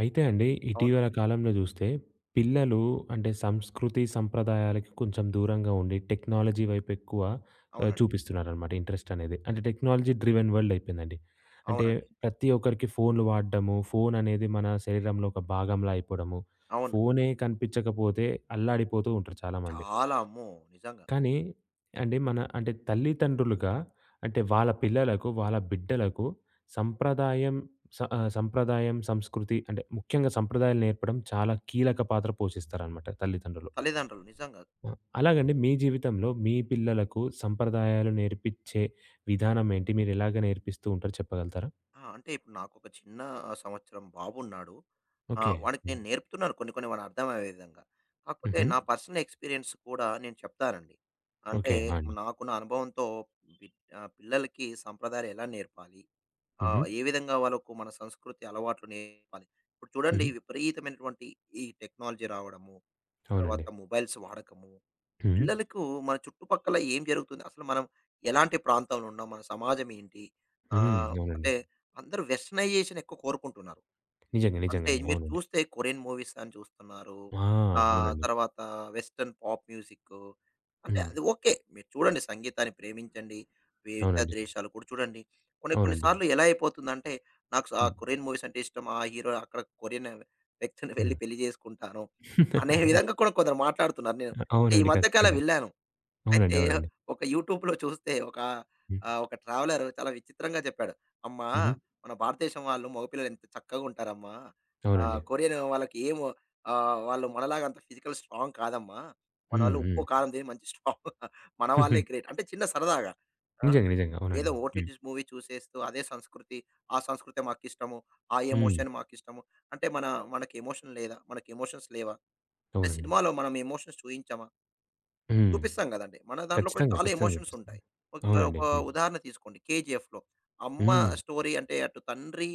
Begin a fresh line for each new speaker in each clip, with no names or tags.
అయితే అండి,
అవును.
ఇటీవల కాలంలో జూస్తే పిల్లలు అంటే సంస్కృతి, సంప్రదాయాలకి కొంచెం దూరంగా ఉండి టెక్నాలజీ వైపు ఎక్కువ
అవునండి.
చూపిస్తున్నారనమాట ఇంట్రెస్ట్ అనేది. అంటే టెక్నాలజీ డ్రివెన్ వరల్డ్ అయిపోయిందండి. అంటే
అవునండి.
ప్రతి ఒక్కరికి ఫోన్‌లు వాడడము, ఫోన్ అనేది మన శరీరంలో ఒక భాగంలా అయిపోవడము,
అవును.
ఫోనే కనిపించకపోతే అల్లాడిపోతూ ఉంటారు చాలామంది.
చాలా అమ్మో! నిజంగా.
కానీ అంటే తల్లిదండ్రులుగా అంటే వాళ్ళ పిల్లలకు, వాళ్ళ బిడ్డలకు సంప్రదాయం సంప్రదాయం, సంస్కృతి అంటే ముఖ్యంగా సంప్రదాయాలు నేర్పడం చాలా కీలక పాత్ర పోషిస్తారనమాట తల్లిదండ్రులు.
తల్లిదండ్రులు నిజంగా.
ఆ! అలాగండి మీ జీవితంలో మీ పిల్లలకు సంప్రదాయాలు నేర్పిచ్చే విధానం ఏంటి? మీరెలాగ నేర్పిస్తూ ఉంటారో చెప్పగలుగుతారా?
ఆ! అంటే ఇప్పుడు నాకొక చిన్న సంవత్సరం బాబున్నాడు.
ఓకే.
వాడికి
హ్మ్.
నేను నేర్పుతున్నాను కొన్ని కొన్ని వాడు అర్థమయ్యే విధంగా. కాకపోతే
హుహు.
నా పర్సనల్ ఎక్స్‌పీరియన్స్ కూడా నేను చెప్తానండి. అంటే
ఓకే. ఆ! అండి.
నాకున్న అనుభవంతో పిల్లలకి సంప్రదాయాలు ఎలా నేర్పాలి?
హుహు.
ఏ విధంగా వాళ్ళకు మన సంస్కృతి అలవాట్లు నేర్పాలి? ఇప్పుడు చూడండి
హ్మ్.
విపరీతమైనటువంటి ఈ టెక్నాలజీ రావడము, తర్వాత
అవునండి.
మొబైల్స్ వాడకము
హ్మ్.
పిల్లలకు మన చుట్టుపక్కల ఏం జరుగుతుంది? అసలు మనం ఎలాంటి ప్రాంతంలో ఉన్నాం? మన సమాజం ఏంటి?
హ్మ్. అవునండి.
అంటే అందరూ వెస్టర్నైజేషన్ ఎక్కువ కోరుకుంటున్నారు.
నిజంగా.
అంటే
నిజంగండి.
మీరు
అవునండి.
చూస్తే కొరియన్ మూవీస్ అని చూస్తున్నారు.
ఆ! అవునండి.
తర్వాత వెస్టర్న్ పాప్ మ్యూజిక్కు. అంటే
హ్మ్.
అది ఓకే. మీరు చూడండి సంగీతాన్ని ప్రేమించండి. వివిధ
అవునండి.
దేశాలు కూడా చూడండి. కొన్ని కొన్ని
అవునండి.
సార్లు ఎలా అయిపోతుందంటే నాకు ఆ
హ్మ్.
కొరియన్ మూవీస్ అంటే ఇష్టం. ఆ హీరో అక్కడ కొరియన్ వ్యక్తిని వెళ్లి
హ్మ్.
పెళ్లి చేసుకుంటాను అనే విధంగా కూడా కొందరు మాట్లాడుతున్నారు. నేను ఈ
అవునండి.
మధ్య కాలం
ఖచ్చితంగా.
విన్నాను.
అవునండి.
అయితే
అవునండి.
ఒక యూట్యూబ్‌లో చూస్తే ఒక
హ్మ్.
ఒక ట్రావెలర్ చాలా విచిత్రంగా చెప్పాడు. "అమ్మా!
హుహు.
మన భారతదేశం వాళ్ళు మగపిల్లలు ఎంత చక్కగా ఉంటారమ్మా!
అవునండి.
కొరియన్ వాళ్ళకి ఏమో వాళ్ళు మనలాగా అంత ఫిజికల్ స్ట్రాంగ్ కాదమ్మా!
హ్మ్.
మనోళ్ళు ఉప్పు,
హ్మ్.
కారం తిని మంచి స్ట్రాంగ్ మన వాళ్ళే గ్రేట్." అంటే చిన్న సరదాగా. ఆ!
నిజంగా. నిజంగా.
ఏదో
అవునండి. హ్మ్.
ఓటీటీస్ మూవీ చూసేస్తూ అదే సంస్కృతి, ఆ సంస్కృతే మాకిష్టము, ఆ
హ్మ్.
ఎమోషన్ మాకిష్టము. అంటే మనకి ఎమోషన్ లేదా? మనకి ఎమోషన్స్ లేవా? అంటే
అవునండి.
సినిమాలో మనం ఎమోషన్స్ చూయించామా?
హ్మ్.
చూపిస్తాం కదండీ. మన దాంట్లో కూడా
ఖచ్చితంగా.
చాలా
ఖచ్చితంగా
ఎమోషన్స్ ఉంటాయి.
చూపిస్తుంది.
ఓకే. మనం ఒక
అవునండి. హ్మ్.
ఉదాహరణ తీసుకోండి 'కేజీఎఫ్‌లో' అమ్మ
హ్మ్.
స్టోరీ అంటే అటు తండ్రి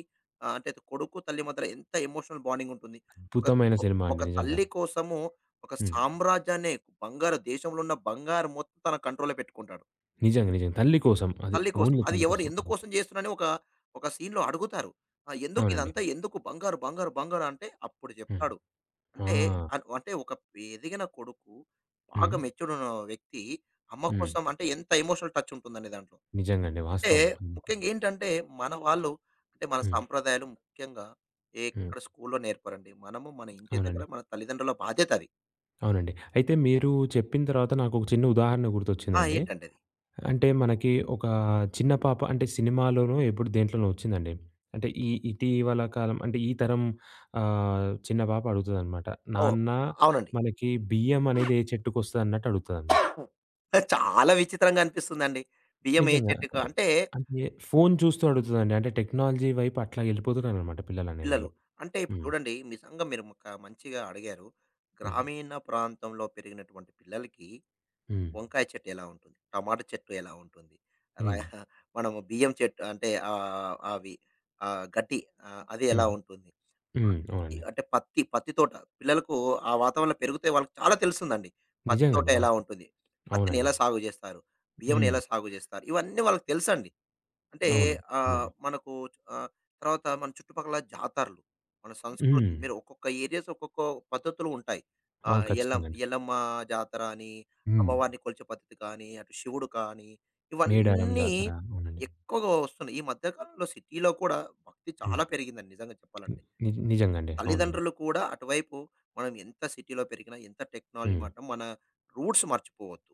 అంటే అటు కొడుకు, తల్లి మధ్యలో ఎంత ఎమోషనల్ బాండింగ్ ఉంటుంది. ఒక
అద్భుతమైన సినిమా అండి
ఒక
నిజంగా.
తల్లి కోసము ఒక
హ్మ్.
సామ్రాజ్యాన్నే బంగారు దేశంలో ఉన్న బంగారం మొత్తం తన కంట్రోల్‌లో పెట్టుకుంటాడు.
నిజంగా. నిజంగా. తల్లి కోసం. అది
తల్లి కోసం.
ఓన్లీ
అది
తల్లి
ఎవరు
కోసం అన్నమాట.
ఎందుకోసం చేస్తున్నారని ఒక ఒక సీన్‌లో అడుగుతారు. "ఆ! ఎందుకు
అవునండి.
ఇదంతా ఎందుకు బంగారు, బంగారు, బంగారు" అంటే అప్పుడు
హ్మ్.
చెప్తాడు.
ఆ!
అంటే అన్ అంటే ఒక ఎదిగిన కొడుకు, బాగా
హ్మ్.
మెచ్యూర్డ్ ఉన్న వ్యక్తి అమ్మ
హ్మ్.
కోసం అంటే ఎంత ఎమోషనల్ టచ్ ఉంటుందండి దాంట్లో.
నిజంగండి.
అంటే
వాస్తవం. హ్మ్.
ముఖ్యంగా ఏంటంటే మన వాళ్ళు అంటే మన
హ్మ్.
సంప్రదాయాలు ముఖ్యంగా
హ్మ్.
ఎక్కడ స్కూల్‌లో నేర్పరండి. మనము మన ఇంటి దగ్గర
అవునండి.
మన తల్లిదండ్రుల బాధ్యత అది.
అవునండి. అయితే మీరు చెప్పిన తర్వాత నాకొక చిన్న ఉదాహరణ
ఆ!
గుర్తొచ్చిందండి.
ఏంటండి అది?
అంటే మనకి ఒక చిన్న పాప అంటే సినిమాలోనో ఎప్పుడు దేంట్లోనో వచ్చిందండి. అంటే ఈ ఇటీవల కాలం అంటే ఈ తరం చిన్న పాప అడుగుతదనమాట.
ఓహ్!
నాన్న
అవునండి.
మనకి బియ్యం అనేది ఏ చెట్టుకొస్తదన్నట్టు అడుగుతదనమాట.
చాలా విచిత్రంగా అనిపిస్తుందండి. బియ్యం ఏ
నిజంగా
చెట్టుకో
అంటే,
అంటే
అంటే ఫోను చూస్తూ అడుగుతదండి. అంటే టెక్నాలజీ వైపు అట్లా ఎళ్ళిపోతున్నారనమాట
పిల్లలు.
పిల్లలనేవాళ్ళు.
అంటే ఇప్పుడు
హ్మ్.
చూడండి నిజంగా మీరు ఒక మంచిగా అడిగారు.
హ్మ్.
గ్రామీణ ప్రాంతంలో పెరిగినటువంటి పిల్లలకి
హ్మ్.
వంకాయ చెట్టు ఎలా ఉంటుంది? టమాటా చెట్టు ఎలా ఉంటుంది? రా
హ్మ్.
మనము బియ్యం చెట్టు అంటే అవి గడ్డి అది ఎలా
హ్మ్.
ఉంటుంది?
హ్మ్.
పత్తి
అవునండి.
అంటే పత్తి, పత్తి తోట పిల్లలకు ఆ వాతావరణంలో పెరిగితే వాళ్ళకి చాలా తెలుస్తుందండి. పత్తి తోట
నిజంగండి
ఎలా
వాస్తవం.
ఉంటుంది? పత్తిని
అవునండి.
ఎలా సాగు చేస్తారు? బియ్యంని
హ్మ్.
ఎలా సాగు చేస్తారు? ఇవన్నీ వాళ్ళకి తెలుసండి. అంటే
అవును. అవునండి.
మనకు ఆహ్, తర్వాత మన చుట్టుపక్కల జాతరలు, మన సంస్కృతి
హ్మ్.
మీరు ఒక్కొక్క ఏరియాస్ ఒక్కొక్క పద్ధతులు ఉంటాయి.
అవును.
ఎల్లమ్మ
ఖచ్చితంగా అండి.
ఎల్లమ్మ జాతర అని,
హ్మ్.
అమ్మవారిని కొలిచే పద్ధతి కానీ, అటు శివుడు కానీ,
మేడారం
ఇవన్నీ
జాతర. అవునండి.
ఎక్కువగా వస్తున్నాయి. ఈ మధ్య కాలంలో సిటీలో కూడా భక్తి
హ్మ్.
చాలా పెరిగిందండి నిజంగా
హ్మ్.
చెప్పాలంటే.
నిజంగండి. అవునండి.
తల్లిదండ్రులు కూడా అటువైపు మనం ఎంత సిటీలో పెరిగినా, ఎంత టెక్నాలజీ
హ్మ్.
మారినా మన రూట్స్ మర్చిపోవద్దు.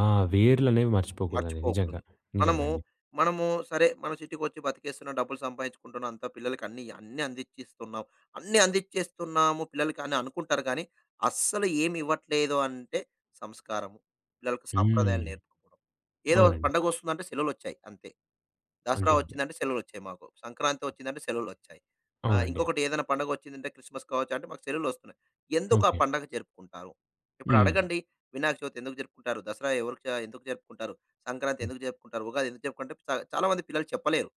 ఆ! వేర్లనేవి మర్చిపోకూడదండి.
మర్చిపోకూడదు.
నిజంగా. నిజంగా
మనము,
అండి.
మనము సరే మనం సిటీకొచ్చి బతికేస్తున్నాం, డబ్బులు సంపాదించుకుంటున్నాం, అంతా పిల్లలకి అన్నీ, అన్నీ అందిచ్చిస్తున్నాం. అన్నీ అందిచ్చేస్తున్నాము పిల్లలకి అని అనుకుంటారు కానీ, అస్సలు ఏమి ఇవ్వట్లేదు అంటే సంస్కారము. పిల్లలకు
హ్మ్.
సాంప్రదాయాలు నేర్పుకోవడం. ఏదో
అవునండి.
పండగొస్తుందంటే సెలవులొచ్చాయి అంతే. దసరా
అంతే. అంతే.
వచ్చిందంటే సెలవులొచ్చాయి మాకు. సంక్రాంతి వచ్చిందంటే సెలవులొచ్చాయి.
అవునండి.
ఇంకొకటి ఏదైనా పండగొచ్చిందంటే క్రిస్మస్ కావచ్చు అంటే మాకు సెలవులొస్తున్నాయి. ఎందుకు ఆ
ఓకే.
పండగ జరుపుకుంటారు? ఇప్పుడు
హ్మ్.
అడగండి వినాయక చవితి ఎందుకు జరుపుకుంటారు? దసరా ఎవరికి ఎందుకు జరుపుకుంటారు? సంక్రాంతి
హ్మ్.
ఎందుకు జరుపుకుంటారు? ఉగాది ఎందుకు జరుపుకుంటే చాలా మంది పిల్లలు చెప్పలేరు.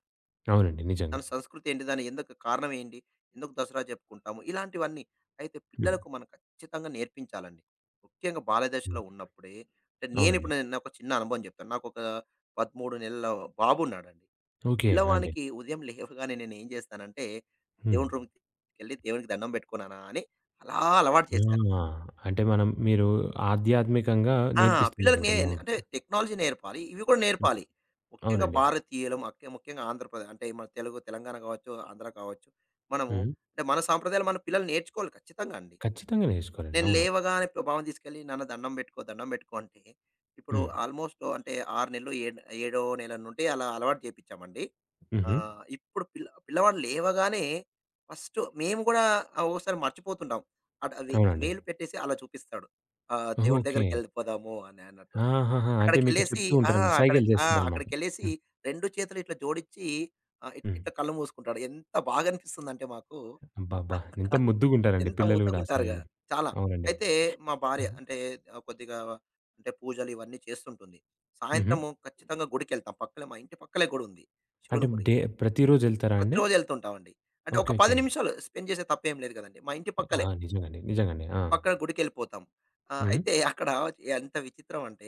అవునండి. నిజంగా.
దాని సంస్కృతి ఏంటి? దాని ఎందుకు కారణం ఏంటి? ఎందుకు దసరా జరుపుకుంటాము? ఇలాంటివన్నీ. అయితే
హ్మ్.
పిల్లలకు మనం ఖచ్చితంగా నేర్పించాలండి. ముఖ్యంగా బాల్య
హ్మ్.
దశలో ఉన్నప్పుడే అంటే
అవునండి.
నేనిప్పుడు నాకొక చిన్న అనుభవం చెప్తాను. నాకొక 13 నెలల బాబున్నాడండి.
ఓకే. ఆ! అండి.
పిల్లవానికి ఉదయం లేవగానే నేనేం చేస్తానంటే,
హ్మ్.
దేవుని రూమ్‌కెళ్ళి దేవునికి దండం పెట్టుకున్నానా అని అలా అలవాటు చేశాను.
ఆ! అంటే మనం మీరు ఆధ్యాత్మికంగా
ఆ! పిల్లలకి నే
నేర్పిస్తున్నారనమాట మీ
అంటే
ఆవిడకి.
టెక్నాలజీ నేర్పాలి. ఇవి కూడా
హ్మ్.
నేర్పాలి. ముఖ్యంగా
అవునండి.
భారతీయులం అక్కే ముఖ్యంగా ఆంధ్రప్రదేశ్ అంటే మన తెలుగు తెలంగాణ కావచ్చు, ఆంధ్ర కావచ్చు. మనము
హ్మ్.
అంటే మన సాంప్రదాయాలు మన పిల్లలు నేర్చుకోవాలి ఖచ్చితంగా అండి.
ఖచ్చితంగా నేర్చుకోవాలండి.
నేను
అవును.
లేవగానే ఇప్పుడు బావని తీసుకెళ్ళి, "నాన్న దండం పెట్టుకో, దండం పెట్టుకో" అంటే, ఇప్పుడు
హ్మ్.
ఆల్మోస్ట్ అంటే 6 నెలలు, ఏడో నెల నుండి అలా అలవాటు చేపిచ్చామండి.
హుహు.
ఇప్పుడు పిల్లవాడు లేవగానే ఫస్ట్ మేము గూడా ఒక్కోసారి మర్చిపోతుంటాం. అటు అవి
అవునండి.
వేలు పెట్టేసి అలా చూపిస్తాడు. దేవుడి
ఓకే.
దగ్గరికెళ్ళిపోదాము అని అన్నట్టు.
ఆహాహా! అంటే మీకు
అక్కడికెళ్ళేసి
చెప్తూ
ఆ!
ఉంటారనమాట.
అక్కడ
సైగలు
ఆ!
చేస్తారనమాట.
అక్కడికెళ్ళేసి
హ్మ్.
2 చేతులు ఇట్లా జోడించి ఆహ్, ఇట్
హ్మ్.
ఇట్లా కళ్ళు మూసుకుంటాడు. ఎంత బాగా అనిపిస్తుందంటే మాకు.
అబ్బబ్బా! ఎంత ముద్దుగుంటారండి
ఎంత
పిల్లలు గూడా ఆ
ముత్తగుంటారుగా.
సమయంలో.
చాలా.
అవునండి.
అయితే మా భార్య
హుహు.
అంటే కొద్దిగా అంటే పూజలు ఇవన్నీ చేస్తుంటుంది.
హుహు.
సాయంత్రము ఖచ్చితంగా గుడికెళ్తాం. పక్కలే మా ఇంటి పక్కలే గుడుంది.
అంటే
శివుని గుడి.
డే ప్రతిరోజు ఎళ్తారా అండి?
ప్రతిరోజు ఎళ్తుంటామండి. అంటే ఒక
ఓకే.
10
ఓకే.
నిమిషాలు స్పెండ్ చేసే తప్పేం లేదు కదండీ. మా ఇంటి
ఆ!
పక్కలే.
నిజంగండి. నిజంగండి. ఆ!
పక్కన గుడికెళ్ళిపోతాం. ఆ!
హుహు.
అయితే అక్కడ ఎంత విచిత్రం అంటే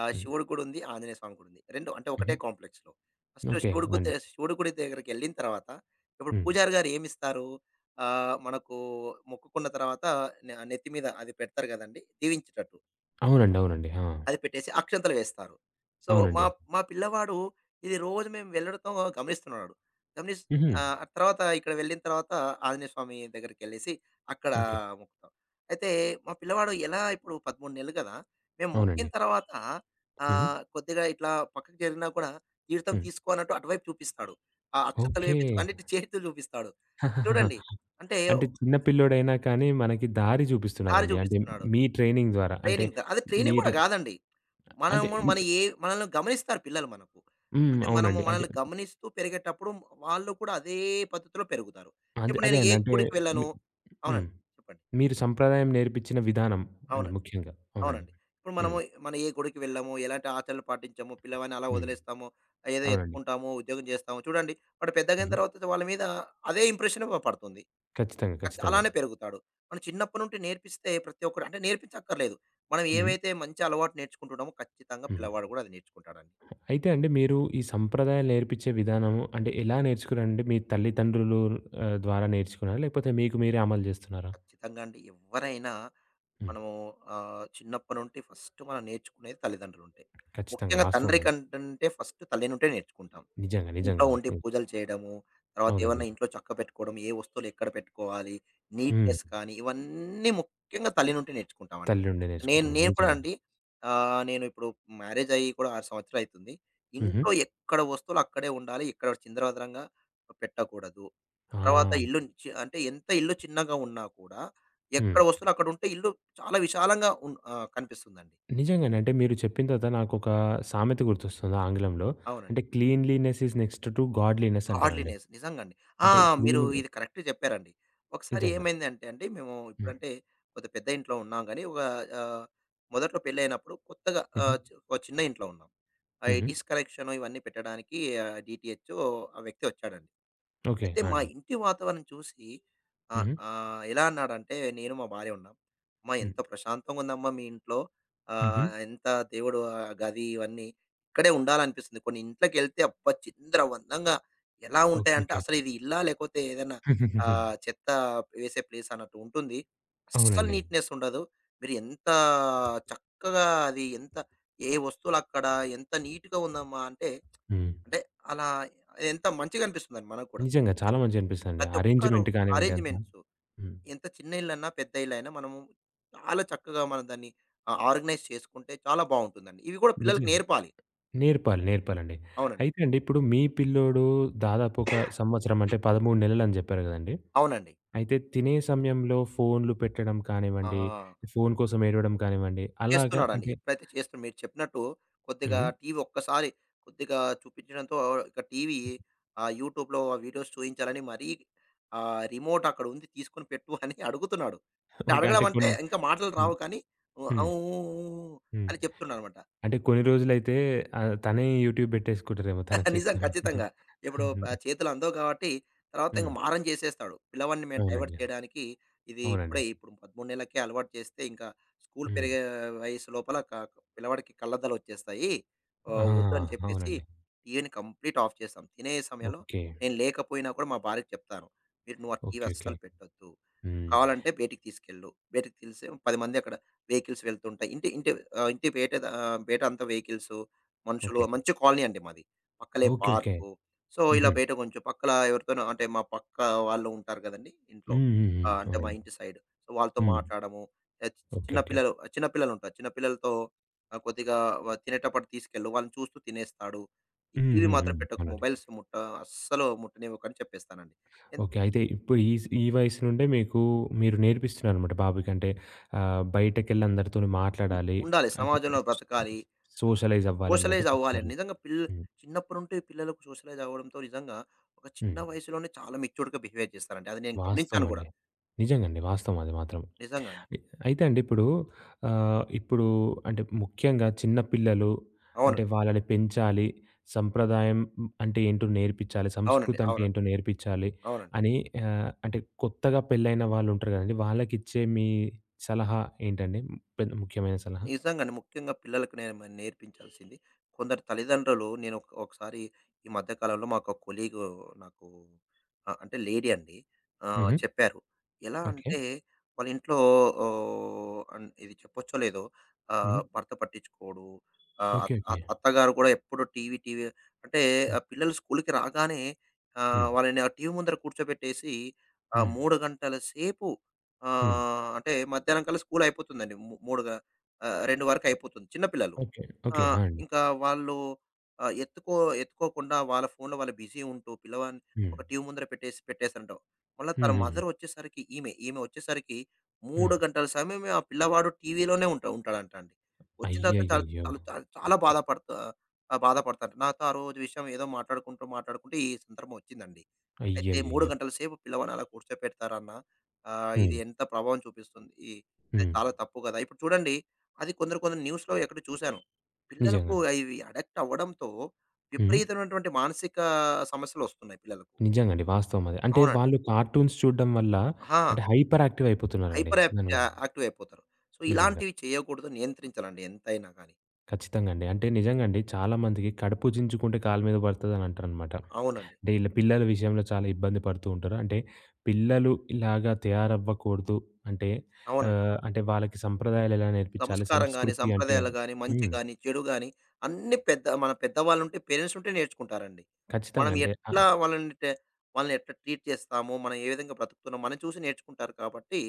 హ్మ్.
శివుడి గుడుంది, ఆంజనేయ స్వామి గుడుంది. 2 అంటే ఒకటే
హుహు.
కాంప్లెక్స్‌లో. First
okay.
శివుడి గుడి
అండి.
దగ్గర- శివుడి గుడి దగ్గరికెళ్ళిన తర్వాత ఇప్పుడు
హ్మ్.
పూజారి గారు ఏమిస్తారు? మనకు మొక్కుకున్న తర్వాత నెత్తి మీద అది పెడతారు గదండీ! దీవించేటట్టు.
అవునండి. అవునండి. ఆ!
అది పెట్టేసి అక్షంతలు వేస్తారు. సో, మా
అవునండి.
మా పిల్లవాడు ఇది రోజు మేము వెళ్ళడంతో గమనిస్తున్నాడు.
హుహు.
తర్వాత ఇక్కడ వెళ్ళిన తర్వాత ఆంజనేయ స్వామి దగ్గరికెళ్ళేసి అక్కడ
ఓకే.
మొక్కుతాం. అయితే మా పిల్లవాడు ఎలా ఇప్పుడు 13 నెలలు కదా! మేము మొక్కిన
అవునండి.
తర్వాత
హుహు.
కొద్దిగా ఇట్లా పక్కకు జరిగినా కూడా తీర్థం
హ్మ్.
తీసుకో అన్నట్టు అటువైపు చూపిస్తాడు. ఆ అక్షంతలు
ఓకే.
వేపించుకో అన్నిటి చేతితో చూపిస్తాడు. చూడండి అంటే
అంటే చిన్న పిల్లోడైనా కానీ మనకి దారి
దారి
చూపిస్తున్నారండి. అంటే
చూపిస్తున్నాడు.
మీ ట్రైనింగ్ ద్వారా. అంటే
ట్రైనింగ్ ద అది ట్రైనింగ్ కూడా
మీరు
కాదండి.
అంటే
మనము మన ఏ మనల్ని గమనిస్తారు పిల్లలు మనకు.
హ్మ్.
అంటే మనము
అవునండి. అంటే
మనల్ని గమనిస్తూ పెరిగేటప్పుడు వాళ్ళు కూడా అదే పద్ధతిలో పెరుగుతారు.
అదే
ఇప్పుడు
అదే
నేను ఏ
అండి. అంటే
గుడికి వెళ్ళాను
మీ హ్మ్.
అవునండి. చెప్పండి.
మీరు సంప్రదాయం నేర్పించిన విధానం అండి
అవునండి.
ముఖ్యంగా. అవునండి.
అవునండి. ఇప్పుడు మనము
హ్మ్.
మనం ఏ గుడికి వెళ్ళాము, ఎలాంటి ఆచరణలు పాటించాము, పిల్లవాడిని అలా
హ్మ్.
వదిలేస్తాము, ఏదో
అవునండి.
ఎత్తుకుంటాము, ఉద్యోగం చేస్తాము చూడండి. వాడు పెద్దగయిన
హ్మ్.
తర్వాత వాళ్ళ మీద అదే ఇంప్రెషన్ పడుతుంది.
ఖచ్చితంగా. ఖచ్చితంగా.
అలానే పెరుగుతాడు. మనం చిన్నప్పటి నుండి నేర్పిస్తే ప్రతి ఒక్కడు అంటే నేర్పించక్కర్లేదు. మనం
హ్మ్.
ఏవైతే మంచి అలవాటు నేర్చుకుంటున్నామో ఖచ్చితంగా
హ్మ్.
పిల్లవాడు కూడా అది నేర్చుకుంటాడండి.
అయితే అండి మీరు ఈ సంప్రదాయాలు నేర్పించే విధానం అంటే ఎలా నేర్చుకున్నారండి? మీ తల్లిదండ్రులు ద్వారా నేర్చుకున్నారా? లేకపోతే మీకు మీరే అమలు జేస్తున్నారా?
ఖచ్చితంగా అండి. ఎవ్వరైనా
హ్మ్.
మనము చిన్నప్పటి నుండి ఫస్ట్ మనం నేర్చుకునేది తల్లిదండ్రులుంటే.
ఖచ్చితంగా.
ముఖ్యంగా
వాస్తవం
తండ్రి
అండి.
కంటంటే ఫస్ట్ తల్లి నుండే నేర్చుకుంటాం.
నిజంగా. నిజంగా
ఇంట్లో
అండి.
ఉండి
హ్మ్.
పూజలు చేయడము, తర్వాత
అవునండి.
ఏమన్నా ఇంట్లో చక్కబెట్టుకోవడం, ఏ వస్తువులు ఎక్కడ పెట్టుకోవాలి,
హ్మ్.
నీట్‌నెస్ కానీ ఇవన్నీ ముఖ్యంగా తల్లి నుండి నేర్చుకుంటామండి.
తల్లి నుండే
నేను
నేర్చుకుంటాం.
నేను కూడా
నిజంగండి.
అండి. నేను ఇప్పుడు మ్యారేజ్ అయ్యి కూడా 6 సంవత్సరాలు అయితుంది.
హుహు.
ఇంట్లో ఎక్కడ వస్తువులు అక్కడే ఉండాలి. ఇక్కడ చిందరవందరగా పెట్టకూడదు. తర్వాత
ఆ!
ఇల్లు చి అంటే ఎంత ఇల్లు చిన్నగా ఉన్నా కూడా
హ్మ్.
ఎక్కడ వస్తువులు అక్కడ ఉంటే ఇల్లు చాలా విశాలంగా కనిపిస్తుందండి.
నిజంగానే. అంటే మీరు చెప్పిన తర్వాత నాకొక సామెత గుర్తొస్తుంది ఆంగ్లంలో. అంటే
అవునండి.
Cleanliness is next to godliness అంటారండి.
గాడ్లీనెస్. నిజంగండి. ఆ!
అంటే
మీరు
క్లీన్‌గా
ఇది కరెక్ట్ జెప్పారండి. ఒకసారి
నిజంగా.
ఏమైందంటే అండి, మేము
హ్మ్.
ఇప్పుడంటే కొద్దిగా పెద్ద ఇంట్లో ఉన్నాం గానీ, ఒక ఆహ్, మొదట్లో పెళ్లయినప్పుడు కొత్తగా
హుహు.
ఆహ్, చ్ ఒక చిన్న ఇంట్లో ఉన్నాం. ఈ
హుహు.
డిష్ కనెక్షన్ ఇవన్నీ పెట్టడానికి డీటీహెచ్ ఆ వ్యక్తి వచ్చాడండి.
ఓకే.
అయితే
ఆ!
మా
అండి.
ఇంటి వాతావరణం చూసి ఆహ్,
హుహు.
ఆహ్, ఎలా అన్నాడంటే నేను, మా భార్య ఉన్నాం. "అమ్మా!
హ్మ్.
ఎంత ప్రశాంతంగా ఉందమ్మా మీ ఇంట్లో.
హుహు.
ఎంత దేవుడు గది ఇవన్నీ ఇక్కడే ఉండాలనిపిస్తుంది." కొన్ని ఇంట్లోకెళ్తే అబ్బా! చిందరవందరగా ఎలా
ఓకే.
ఉంటాయంటే
ఓకే.
అసలు ఇది ఇల్లా? లేకపోతే ఏదైనా
హుహుహుహు.
చెత్త వేసే ప్లేస్ అన్నట్టు ఉంటుంది. అస్సలు
అవునండి.
నీట్‌నెస్ ఉండదు. మీరు ఎంత చక్కగా అది ఎంత ఏ వస్తువులు అక్కడ ఎంత నీట్‌గా ఉందమ్మా! అంటే,
హ్మ్.
అంటే అలా ఎంత మంచిగా అనిపిస్తుందండి మనకు కూడా.
నిజంగా చాలా మంచిగనిపిస్తదండి.
ప్రతి ఒక్కరు
అరేంజ్‌మెంట్ కానివ్వండి అంతా.
అరేంజ్‌మెంట్సు.
హ్మ్.
ఎంత చిన్న ఇల్లన్నా, పెద్ద ఇల్లైనా మనము చాలా చక్కగా మనం దాన్ని ఆర్గనైజ్ చేసుకుంటే చాలా బావుంటుందండి. ఇవి కూడా పిల్లలకి
నిజంగా.
నేర్పాలి.
నేర్పాలి. నేర్పాలండి.
అవునండి.
అయితే అండి ఇప్పుడు మీ పిల్లోడు దాదాపు ఒక సంవత్సరం అంటే 13 నెలలని జెప్పారు గదండీ!
అవునండి.
అయితే తినే సమయంలో ఫోన్‌లు పెట్టడం కానివ్వండి,
ఆ!
ఫోన్ కోసం ఏడవడం కానివ్వండి, అలాగా
చేస్తున్నాడండి.
అంటే
ఇప్పుడైతే చేస్తున్నా మీరు చెప్పినట్టు కొద్దిగా
హ్మ్.
టీవీ ఒక్కసారి కొద్దిగా చూపించడంతో ఇక టీవీ యూట్యూబ్‌లో వీడియోస్ చూయించాలని మరీ రిమోట్ అక్కడ ఉంది తీసుకొని పెట్టు అని అడుగుతున్నాడు. అంటే
ఓకే.
అడగడం
అంటే
అంటే
కొన్ని
ఇంకా మాటలు
హ్మ్.
రావు కానీ, "ఊ ఆ!
హ్మ్.
ఊ ఊ ఊ"
హ్మ్.
అని చెప్తున్నాడనమాట.
అంటే కొన్ని రోజులైతే తనే యూట్యూబ్ పెట్టేసుకుంటారేమో తన
నిజం.
చేత్తోనే.
ఖచ్చితంగా. ఇప్పుడు చేతులు అందవు కాబట్టి తర్వాత ఇంక
హ్మ్.
మారం చేసేస్తాడు. పిల్లవాడిని మేము డైవర్ట్
అవునండి.
చేయడానికి ఇది
అవునండి.
ఇప్పుడే ఇప్పుడు 13 నెలలకే అలవాటు చేస్తే ఇంకా స్కూల్
హ్మ్.
పెరిగే వయసు లోపల పిల్లవాడికి కళ్ళద్దాలు వచ్చేస్తాయి.
ఆ!
వద్దని చెప్పేసి
అవునండి.
టీవీని కంప్లీట్ ఆఫ్ చేస్తాం. తినే సమయంలో
ఓకే.
నేను లేకపోయినా కూడా మా భార్యకి చెప్తాను. మీరు నువ్వు ఆ టీవీ
ఓకే. ఓకే.
అస్సలు పెట్టొద్దు.
హ్మ్.
కావాలంటే బయటికి తీసుకెళ్ళు. బయటికి తీస్తే 10 మంది అక్కడ వెహికల్స్ వెళ్తుంటాయి. ఇంటి ఇంటి ఇంటి బయట ద ఆ, బయట అంతా వెహికల్సు, మనుషులు
ఓకే.
మంచి కాలనీ అండి మాది. పక్కలే
ఓకే. ఓకే.
పార్కు. సో, ఇలా
హుహు.
బయట కొంచెం పక్కల ఎవరితోనో అంటే మా పక్క వాళ్ళు ఉంటారు కదండీ ఇంట్లో.
హ్మ్. హ్మ్.
ఆ!
హ్మ్.
అంటే మా
అవునండి.
ఇంటి సైడ్. సో, వాళ్ళతో
హ్మ్.
మాట్లాడము. ఆహ్, చి చి
ఓకే.
చిన్న
ఓకే.
పిల్లలు ఆ, చిన్న పిల్లలుంటారు. చిన్న పిల్లలతో కొద్దిగా తినేటప్పుడు తీసుకెళ్ళు. వాళ్ళని చూస్తూ తినేస్తాడు.
హ్మ్.
ఇవి
హ్మ్.
మాత్రం
హ్మ్.
పెట్టకు.
అవునండి.
మొబైల్స్ ముట్ట అస్సలు ముట్టనివ్వకని చెప్పేస్తానండి. ఎన్
ఓకే. అయితే ఇప్పుడు ఈ స్ ఈ వయసు నుండే మీకు మీరు నేర్పిస్తున్నారనమాట బాబుకి. అంటే బయటకెళ్ళి అందరితోని
హ్మ్.
మాట్లాడాలి.
ఉండాలి.
అంటే
సమాజంలో బ్రతకాలి.
సోషలైజ్ అవ్వాలన్నట్టు
సోషలైజ్ అవ్వాలండి.
చెప్తున్నారు.
నిజంగా పిల్ల
హ్మ్.
చిన్నప్పటి నుండి పిల్లలకు సోషలైజ్ అవ్వడంతో నిజంగా ఒక చిన్న
హ్మ్.
వయసులోనే చాలా మెచ్యూర్డ్‌గా బిహేవ్ చేస్తారండి. అది నేను
వాస్తవం
గమనించాను గూడా.
అండి. నిజంగండి. వాస్తవం అది మాత్రం.
నిజంగా అండి.
ఇ అయితే అండి ఇప్పుడు ఇప్పుడు అంటే ముఖ్యంగా చిన్న పిల్లలు అంటే
అవునండి.
వాళ్ళని పెంచాలి. సంప్రదాయం అంటే ఏంటో నేర్పించాలి.
అవునండి.
సంస్కృతి అంటే
అవునండి.
ఏంటో నేర్పించాలి
అవునండి.
అని అంటే కొత్తగా పెళ్ళైన వాళ్ళు ఉంటారు కదండీ! వాళ్ళకిచ్చే మీ సలహా ఏంటండి? పెద్ద ముఖ్యమైన సలహా?
నిజంగానే. ముఖ్యంగా పిల్లలకు నేను నేర్పించాల్సింది. కొందరు తల్లిదండ్రులు నేను ఒక ఒకసారి ఈ మధ్య కాలంలో మాకు ఒక కొలీగ్ నాకు అంటే లేడీ అండి.
హుహు.
చెప్పారు. ఎలా
ఓకే.
అంటే వాళ్ళ ఇంట్లో ఓహ్, అన్ ఇది చెప్పొచ్చో లేదో
హుహు.
భర్త పట్టించుకోడు. ఆహ్, అత్
ఓకే. ఓకే.
అత్ అత్తగారు కూడా ఎప్పుడు టీవీ, టీవీ అంటే
హ్మ్.
ఆ పిల్లలు స్కూల్‌కి రాగానే
హ్మ్.
వాళ్ళని ఆ టీవీ ముందర కూర్చోబెట్టేసి
హ్మ్.
3 గంటల సేపు
హ్మ్.
అంటే మధ్యాహ్నం కల్లా స్కూల్ అయిపోతుందండి. 2 వరకయిపోతుంది. చిన్న పిల్లలు.
ఓకే.
ఆ!
ఓకే. ఆ! అండి.
ఇంకా వాళ్ళు ఆహ్, ఎత్తుకో ఎత్తుకోకుండా వాళ్ళ ఫోన్‌లో వాళ్ళు బిజీ ఉంటూ పిల్లవాడిని
హ్మ్.
ఒక టీవీ ముందర పెట్టేసారంట. మళ్ళా తన
హుహుహు.
మదర్ వచ్చేసరికి ఈమె వచ్చేసరికి 3
హ్మ్.
గంటల సమయమే ఆ పిల్లవాడు టీవీలోనే ఉంటాడంట అండి. వచ్చిన తర్వాత చాలా
అయ్యయ్యయ్యో!
చాలా చాలా చాలా బాధపడతాడు. నాతో ఆ రోజు విషయం ఏదో మాట్లాడుకుంటూ మాట్లాడుకుంటూ ఈ సందర్భం వచ్చిందండి. అయితే 3
అయ్యయ్యయ్యో!
గంటల సేపు పిల్లవాడిని అలా కూర్చోపెడతారన్న ఇది
హ్మ్.
ఎంత ప్రభావం చూపిస్తుంది. అది
హ్మ్.
చాలా తప్పు కదా! ఇప్పుడు చూడండి అది కొందరు కొందరు న్యూస్‌లో ఎక్కడో చూసాను. పిల్లలకు
నిజంగానే.
ఇవి అడక్ట్ అవ్వడంతో
హ్మ్.
విపరీతమైనటువంటి మానసిక సమస్యలొస్తున్నాయి పిల్లలకు.
నిజంగండి. వాస్తవం అది. అంటే
అవునండి.
వాళ్ళు కార్టూన్స్ చూడడం వల్ల
ఆ!
అంటే హైపర్ యాక్టివ్ అయిపోతున్నారండి
హైపర్ యాప్ యా
దానివల్ల.
యాక్టివ్ అయిపోతారు. సో,
నిజంగా.
ఇలాంటివి చేయకూడదు. నియంత్రించాలండి ఎంతైనా గాని.
ఖచ్చితంగా అండి. అంటే నిజంగా అండి చాలా మందికి కడుపుచించుకుంటే కాలు మీద పడతదని అంటారనమాట.
అవునండి.
అంటే ఈళ్ళ పిల్లల విషయంలో చాలా ఇబ్బంది పడుతూ ఉంటారు. అంటే పిల్లలు ఇలాగా తయారవ్వకూడదు. అంటే
అవునండి.
అంటే వాళ్ళకి సంప్రదాయాలు ఎలా నేర్పించాలి?
సంస్కారం గాని,
సంస్కృతి అంటే
సంప్రదాయాలు గాని, మంచి
హ్మ్.
గాని, చెడు గాని అన్నీ పెద్ద మన పెద్దవాళ్ళుంటే పేరెంట్స్ ఉంటే నేర్చుకుంటారండి.
ఖచ్చితంగా
మనం
అంటే
ఎట్లా
ఆహ్,
వాళ్ళని టే వాళ్ళని ఎట్లా ట్రీట్ చేస్తాము, మనం ఏ విధంగా బ్రతుకుతున్నాం మనం చూసి నేర్చుకుంటారు కాబట్టి,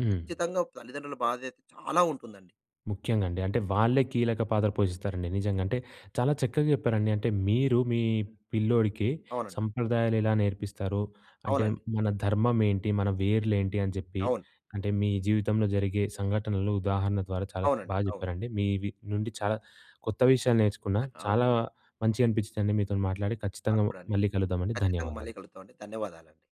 హ్మ్.
ఖచ్చితంగా తల్లిదండ్రుల బాధ్యత చాలా ఉంటుందండి.
ముఖ్యంగా అండి. అంటే వాళ్ళే కీలక పాత్ర పోషిస్తారండి నిజంగా. అంటే చాలా చక్కగా చెప్పారండి. అంటే మీరు మీ పిల్లోడికి
అవునండి.
సంప్రదాయాలు ఎలా నేర్పిస్తారు? అంటే
అవునండి.
మన ధర్మం ఏంటి? మన వేర్లేంటి? అని చెప్పి
అవును.
అంటే మీ జీవితంలో జరిగే సంఘటనలు ఉదాహరణ ద్వారా చాలా
అవునండి.
బాగా
అవును.
చెప్పారండి. మీ వి నుండి చాలా కొత్త విషయాలు నేర్చుకున్నా. చాలా
అవును.
మంచిగా అనిపించిందండి మీతోని మాట్లాడి.
నాకు
ఖచ్చితంగా
కూడాని.
మళ్ళీ కలుద్దామండి.
ఖచ్చితంగా మళ్ళీ
ధన్యవాదాలు.
కలుద్దామండి. ధన్యవాదాలండి.